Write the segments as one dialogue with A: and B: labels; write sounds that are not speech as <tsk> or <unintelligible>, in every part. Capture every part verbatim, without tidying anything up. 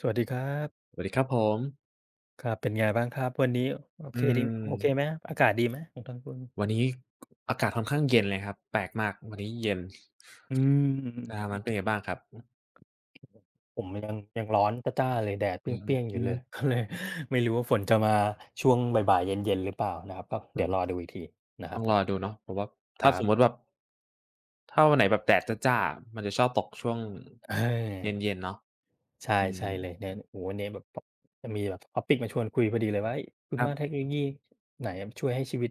A: สวัสดีครับ
B: สวัสดีครับผม
A: ครับเป็นไงบ้างครับ วันนี้โอ
B: อื
A: เคดีโอเคไหม
B: ม
A: อากาศดีไหมของทางคุณ
B: วันนี้อากาศค่อนข้างเย็นเลยครับ แปลกมากวันนี้เย็น
A: อืมอื
B: ทางนั้นเป็นไง
A: อ
B: บ้า
A: ๆ
B: งค
A: ๆ
B: รั
A: ๆ
B: บ
A: ผมยังยังร้อนจ้าๆเลย แดดเปร
B: อืม
A: ี้ยงๆอ
B: อื
A: ยู่
B: ม
A: เลย <laughs> ก็เลยไม่รู้ว่าฝนจะมาช่วงบ่ายๆเย็นๆหรือเปล่านะครับก็
B: เอ
A: เดี๋ยวรอ
B: อ
A: ดูอีกทีนะค
B: ต้
A: รั
B: อ
A: บ
B: ง
A: ผ
B: รอ
A: ม
B: ดูเนาะผมว่า
A: ค
B: ถ้า
A: รั
B: ส
A: บ
B: มมุติแบบถ้าวันไหนแบบแดดจ้าๆอะมันจะชอบตกช่วง
A: เอ
B: เย็
A: อ
B: นๆเนาะ
A: ใช่
B: อื
A: ใช่
B: ม
A: เลยเนี่ยโอ้โฮเนี่ยแบบ top จะมีแบบ topic มาชวนคุยพอดีเลยว่าเฮ้ยคุ
B: ค
A: ณ
B: รั
A: ว่าเทค
B: บ
A: โนโลยีไหนอะช่วยให้ชีวิต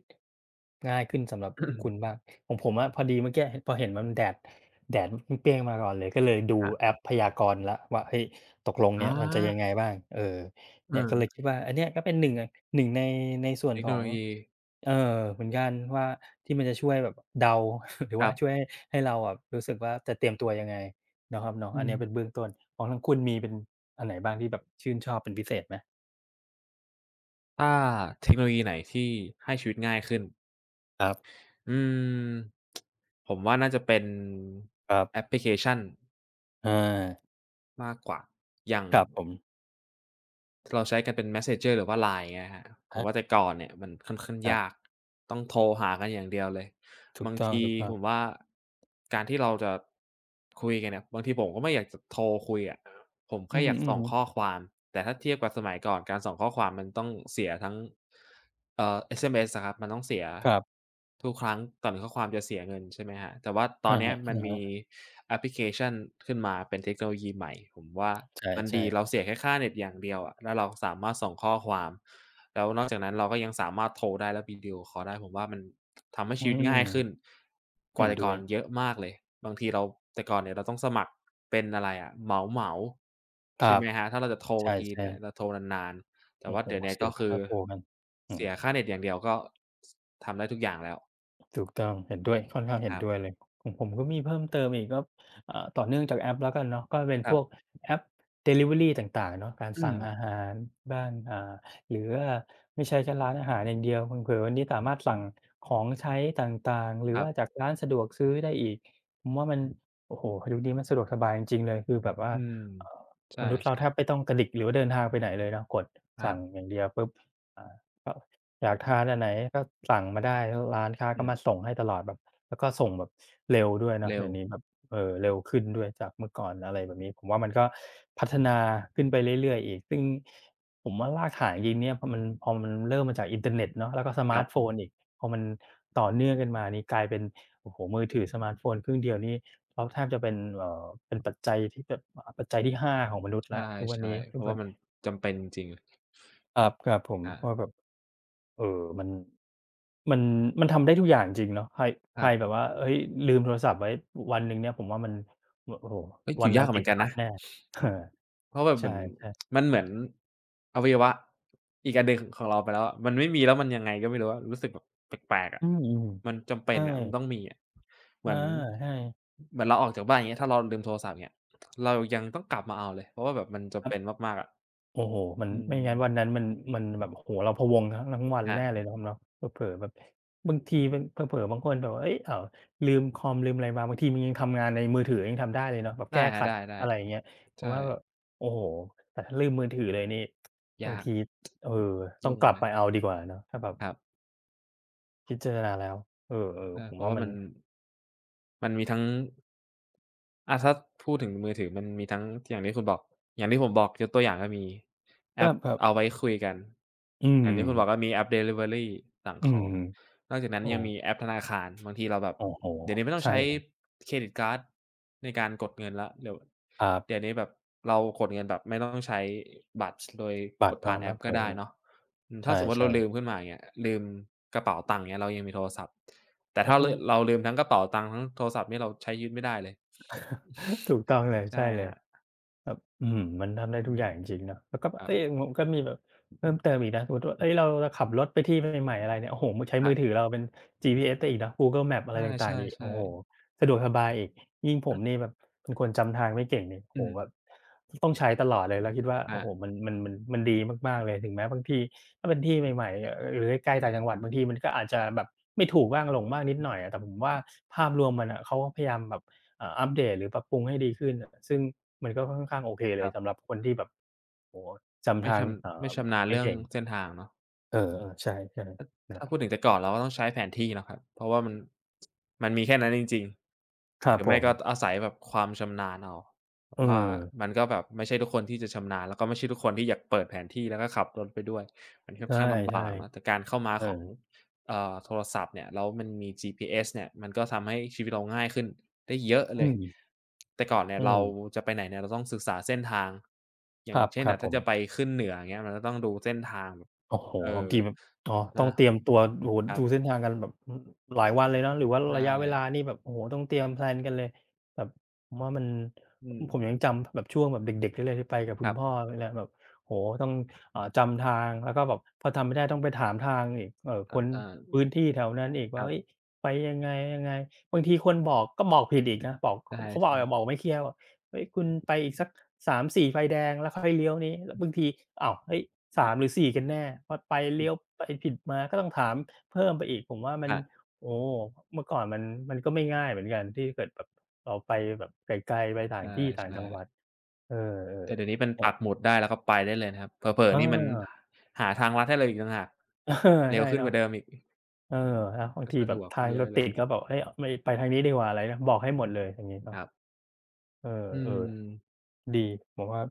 A: ง่ายขึ้นสำหรับคุณบ้า
B: <coughs>
A: งของผมอะพอดีเมื่อกี้พอเห็นมันแดดแดดมันเปรี้ยงมาก่อนเลยก็เลยดู
B: ครั
A: แอ
B: บ
A: ปพยากรณ์แล้วว่าเฮ้ยตกลง
B: อ๋อ
A: เนี่ยมันจะยังไงบ้างเออเนี่ยก็เลย
B: เออ
A: คิดว่าอันเนี้ยก็เป็นหนึ่งหนึ่งในในส่วน
B: เทค
A: ข
B: โน
A: อ
B: โล
A: ง
B: ยี
A: เอ่อเหมือนกันว่าที่มันจะช่วยแบบเดา <laughs> หรือ
B: ครั
A: ว่าช่วย
B: บ
A: ให้เราอะรู้สึกว่าจะเตรียมตัวยังไงเนาะครับเนาะ
B: อื
A: อัน
B: ม
A: เนี้ยเป็นเบื้องต้น ของทางคุณมีเป็นอันไหนบ้างที่แบบชื่นชอบเป็นพิเศษไหม
B: ถ้าเทคโนโลยีไหนที่ให้ชีวิตง่ายขึ้น
A: ครับ
B: อืมผมว่าน่าจะเป็น
A: ครั
B: แอปพ
A: บ
B: ลิเคชัน
A: อา
B: มากกว่าอย่าง
A: ครับผม
B: เราใช้กันเป็น Messenger หรือว่า ไลน์ เงี้ยครับผ
A: ค
B: ม
A: รั
B: ว่าแต่
A: บ
B: ก่อนเนี่ยมันค่อนข้าง
A: ครั
B: ยาก
A: บ
B: ต้องโทรหากันอย่างเดียวเลย
A: ถูก
B: บาง
A: ต้อง
B: ที
A: ทอ
B: ผม
A: ง
B: ว่าการที่เราจะคุยกันเนี่ยบางทีผมก็ไม่อยากจะโทรคุยอะ ผม
A: อื
B: แค่
A: อ
B: อ
A: ฮึ
B: ยากส่องข้อ
A: ๆ
B: ความแต่ถ้าเทียบกับสมัยก่อนการส่องข้อความมันต้องเสียทั้งเอ่อ เอส เอ็ม เอส อะครับมันต้องเสีย
A: ครับ
B: ทุกครั้งก่อนข้อความจะเสียเงินใช่ไหมครับแต่ว่าตอ
A: อะ
B: นเนี้ย
A: ฮะ
B: มันมีแอปพลิเคชันขึ้นมาเป็นเทคโนโลยีใหม่ผมว่า
A: ๆใ
B: มัน
A: ช่
B: ดีเรา
A: ๆ
B: เสียแค่ค่าเน็ตอย่างเดียวอะแล้วเราสามารถส่งข้อความ แล้วนอกจากนั้นเราก็ยังสามารถโทรได้และวิดีโอคอลได้ผมว่ามันทำให้
A: อื
B: ชีวิตง่า
A: ม
B: ยขึ้นก
A: เห็
B: ว่า
A: น
B: แต่
A: ด้
B: ก่อ
A: วย
B: นเยอะมากเลยบางทีเราแต่ก่อนเนี่ยเราต้องสมัครเป็นอะไรอะเหมา
A: ค
B: ๆ
A: รั
B: ใช่ไห
A: บ
B: มครับถ้าเราจะโทร
A: ใช
B: ที
A: ่
B: เนี่ยเรา
A: ๆ
B: โทรนานๆแต่
A: โอ้
B: ว่า
A: โฮ
B: เดี๋ยวเนี้ย
A: เสี
B: ก็
A: ย
B: คือ
A: ค่าโทรกันอืม
B: เสียค่าเน็ตอย่างเดียวก็สทำได้ทุกอย่างแล้ว
A: ถูกต้องเห็นด้วยค่อนข้าง
B: ค
A: เห็น
B: รับ
A: ด้วยเลยของผมก็มีเพิ่มเติมอีกก็อ่าต่อเนื่องจากแอปแล้วกันเนาะก็เป็น
B: ค
A: พ
B: รั
A: วก
B: บ
A: แอปดิลิเวอรีต่างๆเนาะการ
B: อื
A: สั่
B: ม
A: งอาหารบ้างอ่าหรือว่าไม่ใช่แค่ร้านอาหารอย่างเดียวเผลอๆวันนี้สามารถสั่งของใช้ต่างๆหรื
B: ค
A: อ
B: รั
A: ว่า
B: บ
A: จากร้านสะดวกซื้อได้อีกผมว่ามันโอ้โฮยุคนี้มันสะดวกสบายจริงๆเลยคือแบบว่า
B: อืม
A: เอ่อม
B: ใช่
A: นุษย์เราแทบ
B: ๆ
A: ไม่ต้องกระดิกหรือว่าเดินทางไปไหนเลยเนาะกด
B: ครั
A: สั่ง
B: บ
A: อย่างเดียวปุ๊บอ่าก็ อยากทานอันไหนก็สั่งมาได้แล้วร้านค้า
B: อื
A: ก็มา
B: ม
A: ส่งให้ตลอดแบบแล้วก็ส่งแบบเร็วด้วยเนาะ
B: เร็ว
A: เดี๋ยวนี้แบบเอ่อเร็วขึ้นด้วยจากเมื่อก่อนอะไรแบบนี้ผมว่ามันก็พัฒนาขึ้นไปเรื่อยๆอีกซึ่งผมว่ารากฐานจริงๆเนี่ยพอมันพอมันเริ่มมาจากอินเทอร์เน็ตเนาะแล้วก็ส
B: ค
A: มา
B: รั
A: ร์
B: บ
A: ตโฟนอีกพอมันต่อเนื่องกันมานี่กลายเป็นโอ้โฮมือถือสมาร์ตโฟนเครื่องเดียวนี่เขาแทบจะเป็นเอ่อเป็นปัจจัยที่แบบอ่าปัจจัยที่ห้าของมนุษย์แล้วทุกวัน
B: ใช่
A: นี้
B: ๆเพ
A: ทุก
B: ราะ
A: วั
B: ว่า
A: น
B: มันจำเป็นจริง
A: ครับครับผม
B: ๆอา
A: ก็แบบ เออมันมันมันทำได้ทุกอย่างจริงเนาะใคร
B: ค
A: ใค
B: รั
A: รแบบ
B: บ
A: ว่าเฮ้ยลืมโทรศัพท์ไว้วันหนึ่งเนี่ยผมว่ามันโอ้โฮ
B: เฮ้ยอ
A: วั
B: ยู่
A: น
B: ยา
A: นั้น
B: กเห
A: ติ
B: มือ
A: ด
B: นกัน
A: ขั
B: นะ
A: ดแน่ <laughs> เออ
B: เพราะแบบเห
A: ใช่
B: มือน
A: ๆ
B: มันเหมือนอวัยวะอีกอันหนึ่งของเราไปแล้วอะมันไม่มีแล้วมันยังไงก็ไม่รู้อะรู้สึกแบบแปลกๆอะ
A: อืม
B: มันจำ
A: ๆ
B: เป็น
A: ใช่
B: อะมันต้องมีอะเหมื
A: อา
B: อน
A: ใช่
B: เหมือนเราออกจากบ้านอย่างเงี้ยถ้าเราลืมโทรศัพท์อย่างเงี้ยเรายังต้องกลับมาเอาเลยเพราะว่าแบบมัน
A: ค
B: จำ
A: รั
B: เป็น
A: บ
B: มากๆอะ
A: โอ้โฮมัน
B: อื
A: ไม่
B: ม
A: งั้นวันนั้นมันมันแบบโอ้โฮเราพะวงทั้งทั้งวัน
B: ครับ
A: แน่เลยเนาะครับเนาะเผลอๆแบบบางทีมันเผลอๆบางคนแบบว่าเฮ้ยอ้าวลืมคอมลืมอะไรมาบางทีมันยังทำงานในมือถือยังทำได้เลยเนาะแบบ
B: ได้
A: แก้
B: ครับ
A: ขั
B: ไ
A: ด
B: ด้
A: อะไรอย่างเงี้ย
B: ๆใ
A: ผมว่าแบบ
B: ช่
A: โอ้โฮแต่ถ้าลืมมือถือเลยนี่บา
B: ยา
A: ง
B: ก
A: ทีเออต้อง
B: ยุ่ง
A: กลับ
B: เล
A: ไป
B: ย
A: เอาดีกว่าเนาะถ้าแบบ
B: ครับ
A: พิจารณาแล้วเออ
B: เอ
A: ๆ
B: อ
A: ผ
B: เพ
A: ม
B: ราะ
A: ว่า
B: ว่า
A: มัน
B: มัน มันมีทั้งอาถ้าพูดถึงมือถือมันมีทั้งอย่างที่คุณบอกอย่างที่ผมบอกยกตัวอย่างก็มีแอ
A: ก็
B: ป
A: แบบ
B: เอาไว้คุยกัน
A: อื
B: อ
A: ม
B: ย่างที่คุณบอกก็มีแอปดิลิเวอรีสั่ง
A: อื
B: ข
A: ม
B: องนอกจากนั้น
A: โอ
B: ยังมี
A: ้
B: แอปธนาคารบางทีเราแบบ
A: โอ้โฮ
B: เดี๋ยวนี้ไม่ต้อง
A: ใช่
B: ใช้
A: เลย
B: เครดิตการ์ดในการกดเงินแล้วเดี๋ยว
A: ครั
B: เดี๋ยว
A: บ
B: นี้แบบเรากดเงินแบบไม่ต้องใช้บัตรโดย
A: บั
B: ก
A: ต
B: ด
A: ร
B: ผ่า
A: เนาะค
B: น
A: รับ
B: แอป
A: เนาะ
B: ก็
A: เอ
B: ได้
A: อ
B: เนาะอืม
A: ๆใช
B: ถ้าสมมุติ
A: ่
B: เราลืมขึ้
A: ๆ
B: นมาอย่างเงี้ยลืมกระเป๋าตังค์เงี้ยเรายังมีโทรศัพท์ แต่
A: เอ
B: ถ้าร
A: อ
B: เราลืมทั้งกระเป๋าตังค์ทั้งโทรศัพท์นี่เราใช้ชีวิตไม่ได้เลย
A: <laughs> ถูกต้องเลย
B: ใช่
A: ใช่เล
B: ค
A: ย
B: รับ
A: แบบอื้อฮือมันทำ
B: อื
A: ได้
B: ม
A: ทุกอย่างจริงๆเนาะแล้วก็
B: ครับ
A: เฮ้ยผมก็มีแบบเพิ่มเติมอีกนะสมมุติว่าเฮ้ยเราจะขับรถไปที่ใหม่ๆอะไรเนี่ยโอ้โฮมือใช้
B: ครั
A: มือถือ
B: บ
A: เราเป็น จี พี เอส ไต่อีกเนาะ Google Maps อะไรต่างๆอีก
B: ใช่
A: โอ้โฮ
B: ๆๆ
A: สะดวกสบายอีกยิ่งผม
B: ก็
A: นี่แบบเป็นคนจำทางไม่เก่งนี่โอ้โฮ
B: อืม
A: แบบต้องใช้ตลอดเลยแล้วคิดว่า
B: ครั
A: โอ้โฮ
B: บ
A: มันมันมันมันดีมากๆเลยถึงแม้บางทีถ้าเป็นที่ใหม่ๆเอ่อหรือใกล้ๆต่างจังหวัดบางทีมันก็อาจจะแบบไม่ถูกบ้างหลงบ้างนิดหน่อยอะแต่ผมว่าภาพรวมมันอะเขาก็พยายามแบบ อ่าอัปเดตหรือปรับปรุงให้ดีขึ้นซึ่งมันก็ค่อนข้างโอเค
B: ค
A: เล
B: รั
A: ย
B: บ
A: สำหรับคนที่แบบโอ้โฮจำ
B: ไม่
A: ทา
B: ช
A: ง
B: ำ
A: อ่า
B: ไม่ชำนาญ
A: ไม่
B: เรื่อง
A: เก่ง
B: เส้นทางเนาะ
A: เออๆใช่ๆนะ
B: ถ้า
A: ครั
B: พู
A: บ
B: ดถึงแต่ก่อนเราก็ต้องใช้แผนที่เนาะครับเพราะว่ามันมันมีแค่นั้นจริง
A: ค
B: ๆห
A: รับ
B: รือ
A: ผ
B: ไม่ก็
A: ม
B: อาศัยแบบความชำนาญเอาผ
A: เอ
B: ม
A: อ
B: ว่ามันก็แบบไม่ใช่ทุกคนที่จะชำนาญแล้วก็ไม่ใช่ทุกคนที่อยากเปิดแผนที่แล้วก็ขับรถไปด้วยมันค่อน
A: ใช่
B: ข้างลำบากเนาะแต่การเข้ามา
A: ๆเอ
B: ของ
A: อ
B: เอ่อโทรศัพท์เนี่ยแล้วมันมี จี พี เอส เนี่ยมันก็ทำให้ชีวิตเราง่ายขึ้นได้เยอะ
A: อื
B: เลย
A: ม
B: แต่ก่อนเนี่ย
A: อื
B: เรา
A: ม
B: จะไปไหนเนี่ยเราต้องศึกษาเส้นทางอ
A: ค
B: ย่าง
A: รับ
B: เช่น
A: ค
B: แบ
A: รับ
B: บ
A: ผ
B: ถ้าจะไป
A: ม
B: ขึ้นเหนืออย่างเงี้ยมันก็ต้องดูเส้นทางแบบ
A: โอ้โฮ
B: เอ
A: บาง
B: อ
A: ทีแบบอ๋อต้อ
B: นะ
A: งเตรียมตัวโอ้โฮ
B: ครั
A: ดูเส้
B: บ
A: นทางกันแบบอืมหลายวันเลยเนาะหรือว่า
B: ใช
A: ระยะเวลา
B: ่
A: นี่แบบโอ้โฮต้องเตรียมแพลนกันเลยแบบผมว่ามัน
B: อืม
A: ผมยังจำแบบช่วงแบบเด็กๆได้เลยที่ไปกับ
B: ค
A: คุณ
B: รับ
A: พ่อนี่แหละแบบโอ้โฮต้องอ่าจำทางแล้วก็แบบพอจำไม่ได้ต้องไปถามทางอีกเอ่อค
B: ถาม
A: น
B: ได้
A: พื้นที่แถวนั้นอีก
B: ค
A: ว่า
B: รั
A: เฮ้ย
B: บ
A: ไปยังไงๆบางทีคนบอกก็บอกผิดอีกนะบอก
B: ใช
A: เขาเขาบอกบอ
B: ่
A: กไม่เคลียร์ เฮ้ยคุณไปอีกสักสามถึงสี่ไฟแดงแล้วค่อยเลี้ยวนี้แล้วบางทีอ้าวเฮ้ยสามหรือสี่กันแน่พอไป
B: ๆอื
A: เลี้
B: ม
A: ยวไปผิดมาก็ต้องถามเพิ่มไปอีกผมว่ามัน
B: ค่ะ
A: โอ้เมื่อก่อนมันมันก็ไม่ง่ายเหมือนกันที่เกิดแบบเราไปแบบไกลๆไปต่า
B: ใช
A: งที่ต่าง
B: ่
A: จังหวัด
B: ๆ
A: เออ
B: แต่เดี๋ยวนี้มัน
A: ๆแต่
B: ปักหมุดได้ แล้วก็ไปได้เลยนะครับเผลอ
A: เอ
B: ๆนี่มัน
A: อ
B: หาทางลัดให้เราอีกต่างหาก
A: เออ
B: เร็ว
A: ใช่
B: ขึ้นก
A: เนาะ
B: ว่าเดิมอีก
A: เออแะวบาง
B: ก็
A: ที
B: สะด
A: แบบ
B: วกขึ้
A: ทา
B: น
A: ง
B: เย
A: ร
B: อะ
A: ถ
B: เล
A: ติ
B: ย
A: ดก็แบบเฮ้ยไม่ไปทางนี้ดีกว่าอะไรนะบอกให้หมดเลยอย่างงี้
B: ค
A: เนาะ
B: รับ
A: เอ
B: อื
A: อ
B: ม
A: ๆดีผมว่า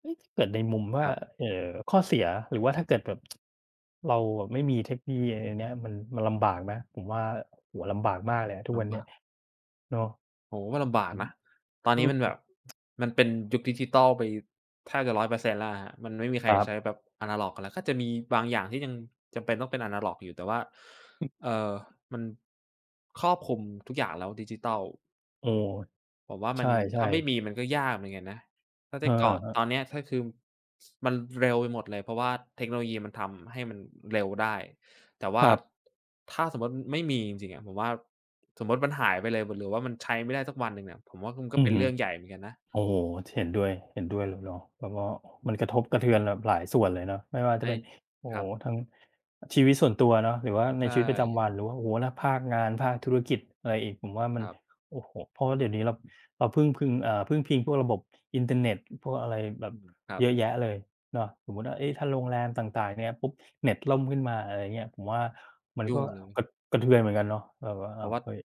A: เฮ้ยถ้าเกิดในมุม
B: ค
A: ว่า
B: รับ
A: เอ่อข้อเสียหรือว่าถ้าเกิดแบบเราแบบไม่มีเทคโนโลยีไออันเนี้ยมันมันลำบากไหมผมว่าโอ้โฮลำบากมากเลยอะทุกวัน
B: ลำบา
A: เนี้ย
B: ก
A: เนาะ
B: โอ้โฮมันลำบาก
A: อืม
B: นะ ตอน
A: อื
B: นี้มันแบ
A: ม
B: บมันเป็นยุคดิจิทัลไปแทบจะหนึ่งร้อยเปอร์เซ็นต์แล้วอะครับมันไม่มีใค
A: ค
B: รใช้
A: รับ
B: แบบอะนาล็อกกันแล้วก็จะมีบางอย่างที่ยังจำเป็นต้องเป็นอะนาล็อกอยู่แต่ว่า
A: อือ
B: เอ่อมันครอบคลุมทุกอย่างแล้วดิจิทัล
A: โอ้
B: ผมว่ามั
A: ใช
B: นถ้า
A: ่
B: ไม่มี
A: ๆ
B: มันก็ยากเหมือนกันนะถ้า
A: เอ
B: แต่ก่อนตอน
A: อ
B: เนี้ยถ้าคือมันเร็วไปหมดเลยเพราะว่าเทคโนโลยีมันทำให้มันเร็วได้แต่
A: ๆค
B: ว่า
A: รับ
B: ถ้าสมมุติไม่มีจริงๆอะผมว่าสมมุติมันหายไปเลยหรือว่ามันใช้ไม่ได้สักวันหนึ่งอะผมว่ามันก็
A: อือ
B: เป็น
A: ฮึ
B: เรื่องใหญ่เหมือนกันนะ
A: โอ้โฮเห็นด้วยเห็นด้วยเลยเนาะแบบว่า
B: อื
A: มัน
B: ม
A: กระทบกระเทือนแบบหลายส่วนเลยเนาะไม่ว่าจะ
B: ไอ้
A: เป็นโอ้
B: ค
A: โฮ
B: รับ
A: ทั้งชีวิตส่วนตัวเนาะหรือว่าใน
B: ใช่
A: ชีวิตประจำวันหรือว่าโอ้โฮแล้วภาคงานภาคธุรกิจอะไรอีกผมว่ามั
B: ค
A: น
B: รับ
A: โอ้โฮเพราะว่าเดี๋ยวนี้เราเราพึ่งพึงอ่าพึ่งพิงพวกระบบอินเทอร์เน็ตพวกอะไรแบ
B: อื
A: บ
B: มครับ
A: เยอะแยะเลยเนาะสมมุติว่าเอ๊ะถ้าโรงแรมต่างๆเนี่ยปุ๊บเน็ตล่มขึ้นมาอะไรอย่างเงี้ยผมว่ามันก็
B: ยุ่งเลย
A: กระกระเทือนเหมือนกันเนาะแบบว่า
B: เพ
A: อ้า
B: ราะ
A: ว
B: ว่า
A: เฮ้ย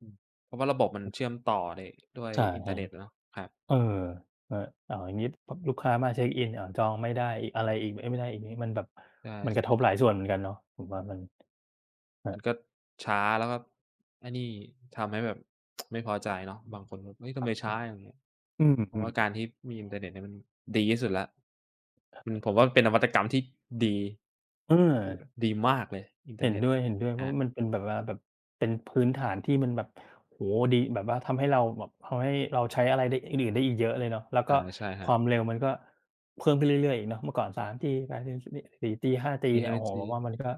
B: อืมเพราะว่าระบบมันเชื่อมต่อได้ด้วย
A: ใช่
B: อินเทอร์เน็ตอะเนาะครับ
A: ๆ เออเอออ้าวอย่างงี้พลูกค้ามาเช็กอินอ้าวจองไม่ได้อีกอะไรอีกเอ๊ยไม่ได้อีกนี่มันแบบ
B: ใช
A: มันกระทบห
B: ่
A: ลายส่วนเหมือนกันเนาะผมว่ามันครั
B: มันก็
A: บ
B: ช้าแล้วก็ไอ้นี่ทำให้แบบ <tsk> ไม่พอใจเนาะบางคนแบบเฮ้ยทำไมช้าอย่างเงี้ย
A: อื
B: เพราะว่าการ
A: ม
B: ที่มีอินเทอร์เน็ตเนี่ยมันดีที่สุดละวมันผมว่ามันเป็นนวัตกรรมที่ดี
A: ๆเออ
B: ดีมากเลยอินเทอ
A: เห็
B: ร์
A: น
B: เน็ต
A: ด้วย
B: เนี่ย
A: เห็นด้วยเพ
B: อา
A: ราะว่ามันเป็นแบบว่าแบบเป็นพื้นฐานที่มันแบบโอ้โฮดีแบบว่าทำให้เราแบบทำให้เราใช้อะไรได้อื่นๆได้อีกเยอะเลยเนาะแล้วก็
B: อาใช่
A: ค
B: ฮะ
A: วามเร็วมันก็เพิ่มขึ้นเรื่อยๆอีกเนาะเมื่อก่อน สามจี เอทจี นี่สี่จี
B: รี
A: ห้า5ี
B: บ
A: เนี่ยโอ้
B: มี
A: โฮ
B: จี
A: ผมว่ามันก็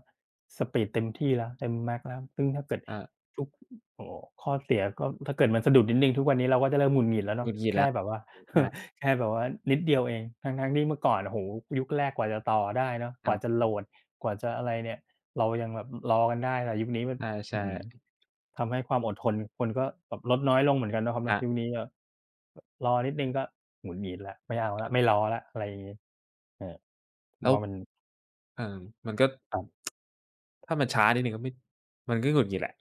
A: สปีดเต็มที่แล้วเต็มแม็กซ์แล้วซึ่งถ้าเกิด
B: อา
A: ทุกโอ้โฮข้อเสียก็ถ้าเกิดมันสะดุดนิดหนึ่งทุกวันนี้เราก็จะเริ่มหงุดหงิดแล้ว
B: หงุ
A: เนาะ
B: ดหงิดแล้
A: แค่
B: ว
A: แบบว่า
B: อา
A: <laughs> แค่แบบว่านิดเดียวเองทั้งๆที่เมื่อก่อนโอ้โฮยุคแรกกว่าจะต่อได้เนาะ
B: ค
A: ก
B: รั
A: ว่าจะ
B: บ
A: โหลดกว่าจะอะไรเนี่ย เรายังแบบรอกันได้แต่ยุคนี้มัน
B: ใช่ใช่
A: อื้อฮือทำให้ความอดทนคนก็แบบลดน้อยลงเหมือนกันเนาะครับเนาะยุ
B: อา
A: คนี้ก็รอนิดหนึ่งก็หงุดหงิดแล้วไม่เอา
B: ค
A: แล้ว
B: รั
A: ไม่
B: บ
A: รอแล้วอะไรอย่างงี้เออผม
B: แล้ว
A: ว่ามัน
B: เออมันก็
A: ครับ
B: ถ้ามันช้านิดหนึ่งก็ไม่มันก็หงุดหงิดแหละ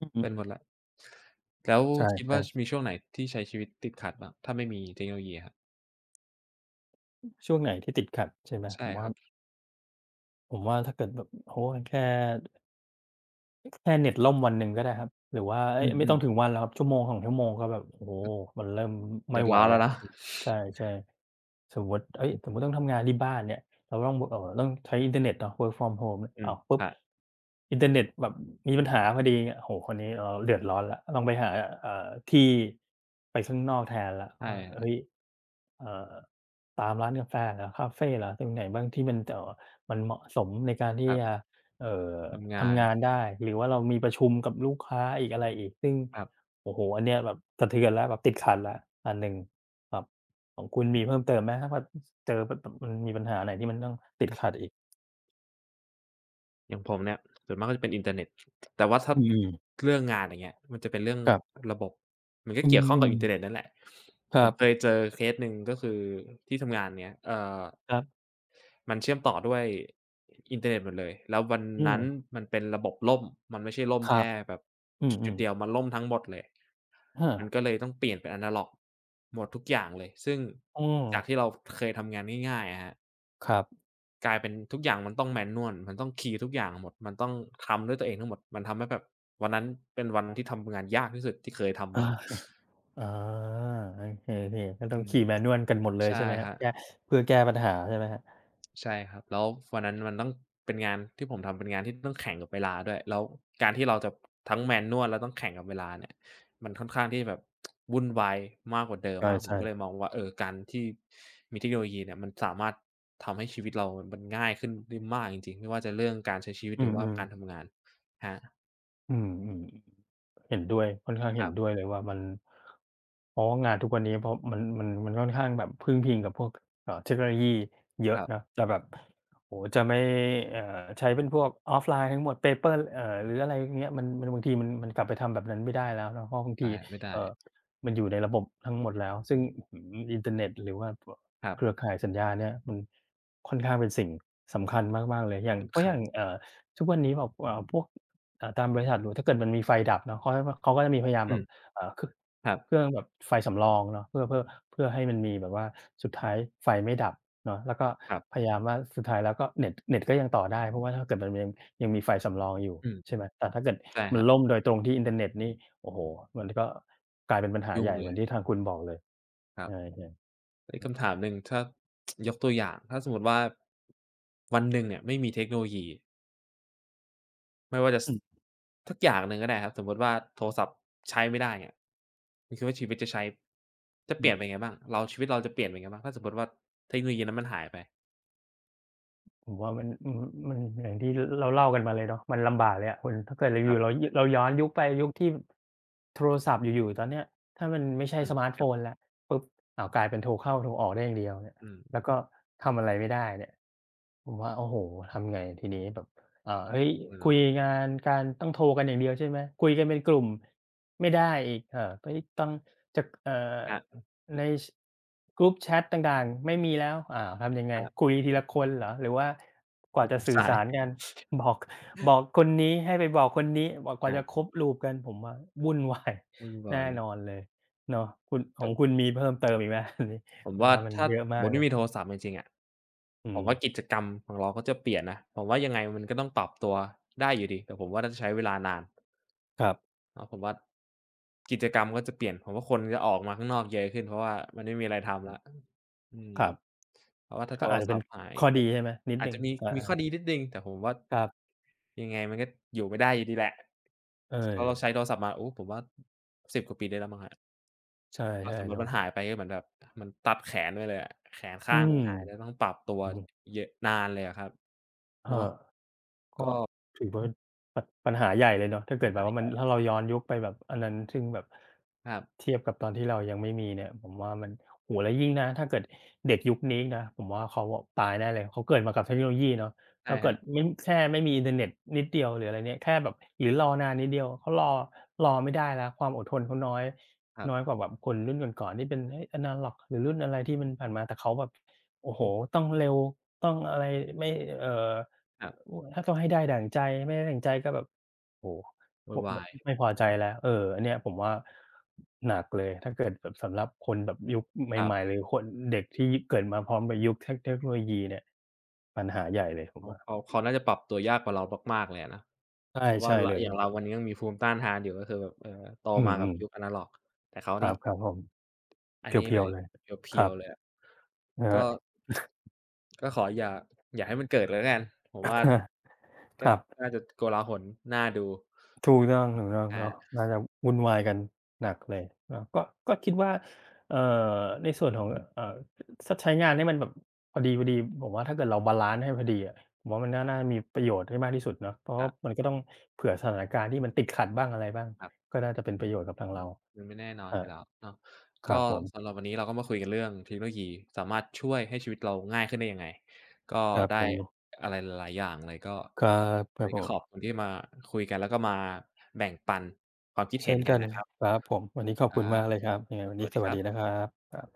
A: อื
B: เป็นหมด
A: ม
B: และแล้ว
A: ๆ
B: คิดว่า
A: ใช่
B: มีช่วงไหนที่ใช้ชีวิตติดขัดบ้างถ้าไม่มีเทคโนโลยีครับ
A: ๆช่วงไหนที่ติดขัดใช่ไหม
B: ใช่
A: ผม
B: ค
A: ว่า
B: รับ
A: ผมว่าถ้าเกิดแบบโอ้โฮแค่ แค่เน็ตล่มวันหนึ่งก็ได้ครับหรือว่าเอ๊
B: อื
A: ยไม่ต้
B: ม
A: องถึงวันหรอกครับชั่วโมงสองชั่วโมงก็แบบโอ้โฮ
B: ๆก็
A: มันเริ่ม
B: เดื
A: ไม่
B: อด
A: ไหว
B: ร้อนแล้
A: แล้
B: ว
A: ว
B: เนาะ
A: อืมใช่ๆสมมุติเฮ้ยสมมุติต้องทำงานที่บ้านเนี่ยเราต้องเอ่อต้องใช้อินเทอร์เน็ตเนาะ work from home เนี่ย
B: อืม
A: อ้าว
B: ค
A: ปุ๊บ
B: รับ
A: อินเทอร์เน็ตแบบมีปัญหาพอดีโอ้โฮคราวนี้เราเดือดร้อนแล้วต้องไปหาเอ่อที่ไปข้างนอกแทนแล้ว
B: ใ
A: ว่าเฮ้
B: ช่
A: ยเอ่อตามร้านกาแฟเหรอคาเฟเหรอตรงไหนบ้างที่มันเอ่อมันเหมาะสมในการ
B: ค
A: ที่
B: รั
A: จะ
B: บ
A: เอ่อ
B: ทำงาน
A: ทำงานได้หรือว่าเรามีประชุมกับลูกค้าอีกอะไรอีกซึ่ง
B: ครับ
A: โอ้โฮอันเนี้ยแบบสะเทือนแล้วแบบติดขัดแล้วอันหนึ่งครับของคุณมีเพิ่มเติมไหมถ้าแบบเจอแบบแบบมันมีปัญหาไหนที่มันต้องติดขัดอีก
B: อย่างผมเนี่ยส่วนมากก็จะเป็นอินเทอร์เน็ตแต่ว่าถ้า
A: อืมๆ
B: เรื่องงานอย่างเงี้ยมันจะเป็นเรื่อง
A: ครับ
B: ระบบ มันก็
A: อื
B: เกี่ยวข้องกับ
A: ม
B: อินเทอร์เน็ต
A: ๆ
B: นั่นแหละ
A: ค
B: ผ
A: รั
B: มเคย
A: บ
B: เจอเคสหนึ่งก็คือที่ทำงานเนี้ยเอ่อ
A: ครับ
B: มันเชื่อมต่อด้วยอินเทอร์เน็ตหมดเลยแล้ววัน
A: อืม
B: นั้นมันเป็นระบบล่มมันไม่ใช่ล่ม
A: ครับ
B: แค่แบบ
A: อื
B: จุด
A: ม
B: ๆเดียว
A: ๆ
B: มันล่มทั้งหมดเลย
A: ออ
B: มันก็เลยต้องเปลี่ยนเป็นอะนาล็อกหมดทุกอย่างเลยซึ่ง
A: อือ
B: จากที่เราเคยทำงานง่ายๆอะครับ
A: ครับ
B: กลายเป็นทุกอย่างมันต้อง manual มันต้องคีย์ทุกอย่างหมด มันต้องทำด้วยตัวเองทั้งหมดมันทำให้แบบวันนั้นเป็นวันที่ทำงานยากที่สุดที่เคยทำ
A: อา
B: มา
A: อ๋โอเคๆก็ต้อ
B: อื
A: ง
B: ม
A: ขี่ manual กันหมดเลย
B: ใช่
A: ใช่ไหมค
B: ค
A: รับ
B: รับ
A: แก้เพื่อแก้ปัญหาใช่ไหมครับ
B: ใช่ครับแล้ววันนั้นมันต้องเป็นงานที่ผมทำเป็นงานที่ต้องแข่งกับเวลาด้วยแล้วการที่เราจะทั้ง manual แล้วต้องแข่งกับเวลาเนี่ยมันค่อนข้างที่แบบ <tsk> วุ่นวายมากกว่าเดิม
A: ใ
B: มากผม
A: ช่
B: ก็เลยม
A: ๆ
B: องว่าเออการที่มีเทคโนโลยีเนี่ยมันสามารถทำให้ชีวิตเรามันง่ายขึ้นได้มากจริงๆไม่ว่าจะเรื่องการใช้ชีวิต
A: อื
B: หรือว่า
A: ม
B: การ
A: ๆ
B: ทำงานฮะ
A: อืมอืมเห็นด้วยค่อนข้างเห็นด้วยเลยว่ามันเพราะว่างานทุกวันนี้เพราะมันมันมันค่อนข้างแบบพึ่งพิงกับพวกเอ่อเทคโนโลยีเย
B: ค
A: อะ
B: รับครับ
A: นะจะแบบโอ้จะไม่เอ่อใช้เป็นพวกออฟไลน์ทั้งหมดเปเปอร์เอ่อหรืออะไรอย่างเงี้ยมันมันบางทีมันมันกลับไปทำแบบนั้นไม่ได้แล้วเนะเพราะบาง
B: ได้
A: ที
B: ไม่ได้
A: เอ่อมันอยู่ในระบบทั้งหมดแล้วซึ่งอื้อฮืออินเทอร์เน็ตหรือว่า
B: ครั
A: เครือ
B: บ
A: ข่ายสัญญาเนี่ยมันค่อนข้างเป็นสิ่งสำคัญมากๆเลยอย่างเพ
B: สำ
A: ราะอ
B: คัญ
A: ย่างเอ่อทุกวันนี้แบบเอ่อพวก เอ่อตามบริษัทหรูถ้าเกิดมันมีไฟดับเนาะเขาจะเขาก็จะมีพยายาม
B: อื
A: แบ
B: ม
A: บเอ่อค
B: ครั
A: เครื่
B: บ
A: องแบบไฟสำรองเนาะเพื่อเพื่อเพื่อให้มันมีแบบว่าสุดท้ายไฟไม่ดับเนาะแล้วก็
B: ครั
A: พ
B: บ
A: ยายามว่าสุดท้ายแล้วก็เน็ตเน็ตก็ยังต่อได้เพราะว่าถ้าเกิดมันยังยังมีไฟสำรองอยู่
B: อืม
A: ใช่ไหมแต่ถ้าเกิด
B: ใช่ค
A: มัน
B: รับ
A: ล่มโดยตรงที่อินเทอร์เน็ตนี่โอ้โฮมันก็กลายเป็นปัญหา
B: ยุ่
A: ให
B: ง
A: ญ่
B: เล
A: เหมื
B: ย
A: อนที่ทางคุณบอกเลย
B: ครั
A: ใ
B: บ
A: ช่ๆ
B: อีกคำถามหนึ่งถ้ายกตัวอย่างถ้าสมมุติว่าวันหนึ่งเนี่ยไม่มีเทคโนโลยีไม่ว่าจะส
A: อื
B: สักอย่างหนึ่งก็ได้ครับสมมุติว่าโทรศัพท์ใช้ไม่ได้เนี่ยคุณคิดว่าชีวิตจะใช้จะเป
A: ม
B: ลี่ยนไปยั
A: ๆ
B: งไงบ้างเราชีวิตเราจะเปลี่ยนไปยังไงบ้างถ้าสมมุติว่าเทคโนโลยีนั้นมันหายไป
A: ผมว่ามันอืมมันอย่างที่เราเล่ากันมาเลยเนาะมันลำบากเลยอะคุณถ้าเกิดเรา
B: ค
A: อ
B: รั
A: ยู่
B: บ
A: เรายเราย้อนยุคไปยุคที่โทรศัพท์อยู่ๆตอนเนี้ยถ้ามันไม่ใช่
B: อื
A: ส
B: ม
A: มาร์ต
B: ค
A: โฟ
B: รั
A: น
B: บ
A: แล้วปุ๊บอ้าวกลายเป็นโทรเข้าโทรออกได้อย่างเดียวเนี่ย
B: อืม
A: แล้วก็ทำอะไรไม่ได้เนี่ย ผมว่าโอ้โฮทำไงทีนี้แบบอ่าเฮ้ย
B: <unintelligible>
A: คุ
B: เนาะ
A: ยงานการต้องโทรกันอย่างเดียวใช่ไหมคุยกันเป็นกลุ่มไม่ได้อีกเอ่อเฮ้ยต้องจะเอ่อ
B: ครั
A: ในชกรุ๊ปแชตต่างๆไม่มีแล้วอ้าวทำยังไง
B: บๆ
A: คุยทีละคนเหรอหรือว่าก
B: ป
A: ว่า
B: ระ
A: จะ
B: ชุม
A: สื่อ
B: สาย
A: สารกันบอกบอกคนนี้ให้ไปบอกคนนี้บอกก
B: ค
A: ว่า
B: รั
A: จะค
B: บ
A: รบ loop กันผมว่าวุ่นวาย
B: วุ่น
A: <laughs>
B: วา
A: แน่
B: ย
A: นอนเลยเนาะคุณของคุณมีเพิ่มเติมอีกไหม <laughs> อันนี้
B: ผม
A: ผม
B: ว่า
A: ว่ามัน
B: ถ้า
A: เยอะ
B: สม
A: มา
B: มุ
A: ก
B: ติ
A: เล
B: ไม่
A: ย
B: มีโทรศัพท์จริงๆอะ
A: อื
B: ผมว่ากิ
A: ม
B: จกรรมของเราก็จะเปลี่ยนนะผมว่ายังไงมันก็ต้องปรับตัวได้อยู่ดีแต่ผมว่าน่าจะใช้เวลานาน
A: ครับ
B: เนาะผมว่ากิจกรรมก็จะเปลี่ยนผมว่าคนจะออกมาข้างนอกเยอะขึ้นเพราะว่ามันไม่มีอะไรทำแล้วอืม
A: ครับ
B: เพราะว่าถ้าโท
A: ก็
B: ร
A: อาจจะ
B: ศั
A: เป็น
B: พท์หาย
A: ข้อ
B: ก็
A: ดีใช่ไหมนิด
B: อา
A: ห
B: จ
A: นึ่
B: จะ
A: ง
B: มีมีข้
A: อา
B: อดีนิดหนึ่งแต่ผมว่า
A: ๆครับ
B: ยังไงมันก็อยู่ไม่ได้อยู่ดีแหละ
A: เอ
B: เพราะ
A: อ
B: เราใช้โทรศัพท์มาโอ้ผมว่าสิบกว่าปีได้แล้วมั้งครับ
A: ใช
B: ถ้า
A: ่
B: สม
A: ๆ
B: มุติมั
A: เนาะ
B: นหายไปก็เหมือนแบบมันตัดแขนไปเลยอะแขน
A: อื
B: ข้างห
A: ม
B: นึ่งหายแล้วต้องปรับตัว
A: อือ
B: เยอะนานเลยอะครับ
A: ครั
B: เนาะ
A: บ ก็
B: ก็
A: ถือว่าปัญปัญหาใหญ่เลยเนาะถ้าเกิดแบบว่ามัน
B: หาย
A: ถ้าเราย้อนยุคไปแบบอันนั้นซึ่งแบบ
B: ครับ
A: เทียบกับตอนที่เรายังไม่มีเนี่ยผมว่ามันโอ้โฮแล้วยิ่งนะถ้าเกิดเด็กยุคนี้นะผมว่าเขาอะตายแน่เลยเขาเกิดมากับเทคโนโลยีเนาะ
B: ใช่
A: ถ้า
B: ค
A: เกิ
B: รั
A: ด
B: บ
A: ไม่แค่ไม่มีอินเทอร์เน็ตนิดเดียวหรืออะไรเนี่ยแค่แบบหรือรอนานนิดเดียวเขารอรอไม่ได้แล้วความอดทนเขาน้อย
B: ครั
A: น้อยก
B: บ
A: ว่าแบบคนรุ่นก่อนๆที่เป็นเฮ้ยอนาล็อกหรือรุ่นอะไรที่มันผ่านมาแต่เขาแบบโอ้โฮ
B: อือ
A: ต้องเร็วต้องอะไรไม่เอ่อ
B: ครับ
A: โอ้ถ้าต้องให้ได้ดั่งใจไม่ได้ดั่งใจก็แบบโอ้
B: วุ่
A: โฮ
B: น
A: มแบ
B: วา
A: บ
B: ย
A: ไม่พอใจแล้วเอออันเนี้ยผมว่าหนักเลยถ้าเกิดแบบสำหรับคนแบบยุค
B: ครั
A: ใหม่ๆ
B: บ
A: หรือคนเด็กที่เกิดมาพร้อมกับยุคเทคเทคโนโลยีเนี่ยปัญหาใหญ่เลยผม
B: เขา
A: ว่า
B: เขาเขาน่าจะปรับตัวยากกว่าเรามากๆเลยอะนะ
A: ใช่
B: เพราะว่า
A: ใช่
B: ร
A: เลย
B: อย่าง
A: เนาะ
B: เราวันนี้ยังมีภูมิต้านทานอยู่ก็คือแบบเอ่อโต
A: อื
B: มากับ
A: ม
B: ยุคอ
A: ๆ
B: นาล็อก แต่เขา
A: ค
B: นี่
A: รับครับผม
B: อันนี้
A: เพี
B: เล
A: ยว
B: ย
A: ๆเลย
B: เ
A: ค
B: พีย
A: รั
B: ว
A: บ
B: ๆเลยอะ
A: อะ
B: ก็
A: ฮะ
B: ก็ขออย่าอย่าให้มันเกิดเลยแล้วกันผมว่า
A: <laughs> ค
B: ก็
A: รับ
B: น่าจะโกลาหลน่าดู
A: ถูกต้องถูกต้องเนาะ
B: อา
A: น่าจะวุ่นวายกัน
B: ค
A: ห
B: รั
A: นัก
B: บ
A: เลยเนาะก็ก็คิดว่าเอ่อในส่วนของเอ่อถ้าใช้งานให้มันแบบพอดีๆผมว่าถ้าเกิดเราบาลันซ์ให้พอดีอะผมว่ามันน่าน่ามีประโยชน์ให้มากที่สุดเนาะเพราะ
B: ครั
A: ว่า
B: บ
A: มันก็ต้องเผื่อสถานการณ์ที่มันติดขัดบ้างอะไรบ้าง
B: ครับ
A: ก็น่าจะเป็นประโยชน์กับทาง
B: อื
A: เรา
B: มมันไม่แน่นอนอ
A: อา
B: ยู่แล้วเนาะ
A: ค
B: ก็
A: รับผ
B: สำหรั
A: ม
B: บวันนี้เราก็มาคุยกันเรื่องเทคโนโลยีสามารถช่วยให้ชีวิตเราง่ายขึ้นได้ยังไงก็
A: ครับ
B: ได้
A: ผม
B: อะไรหลายๆอย่างเลยก็
A: ครับค
B: วัน
A: รับ
B: นี้
A: ผ
B: ก็ขอบคุณ
A: ม
B: ที่มาคุยกันแล้วก็มาแบ่งปันความคิดเห็
A: เช่
B: น
A: น
B: กั
A: กั
B: น
A: น
B: นะครับ
A: ครับผมวันนี้ขอ
B: ค
A: บ
B: รั
A: คุณ
B: บ
A: มากเลยครับยังไงวัน
B: ส
A: นี้
B: วัส
A: ส
B: ดีค
A: วัส
B: รั
A: ดีนะ
B: บ
A: ครับ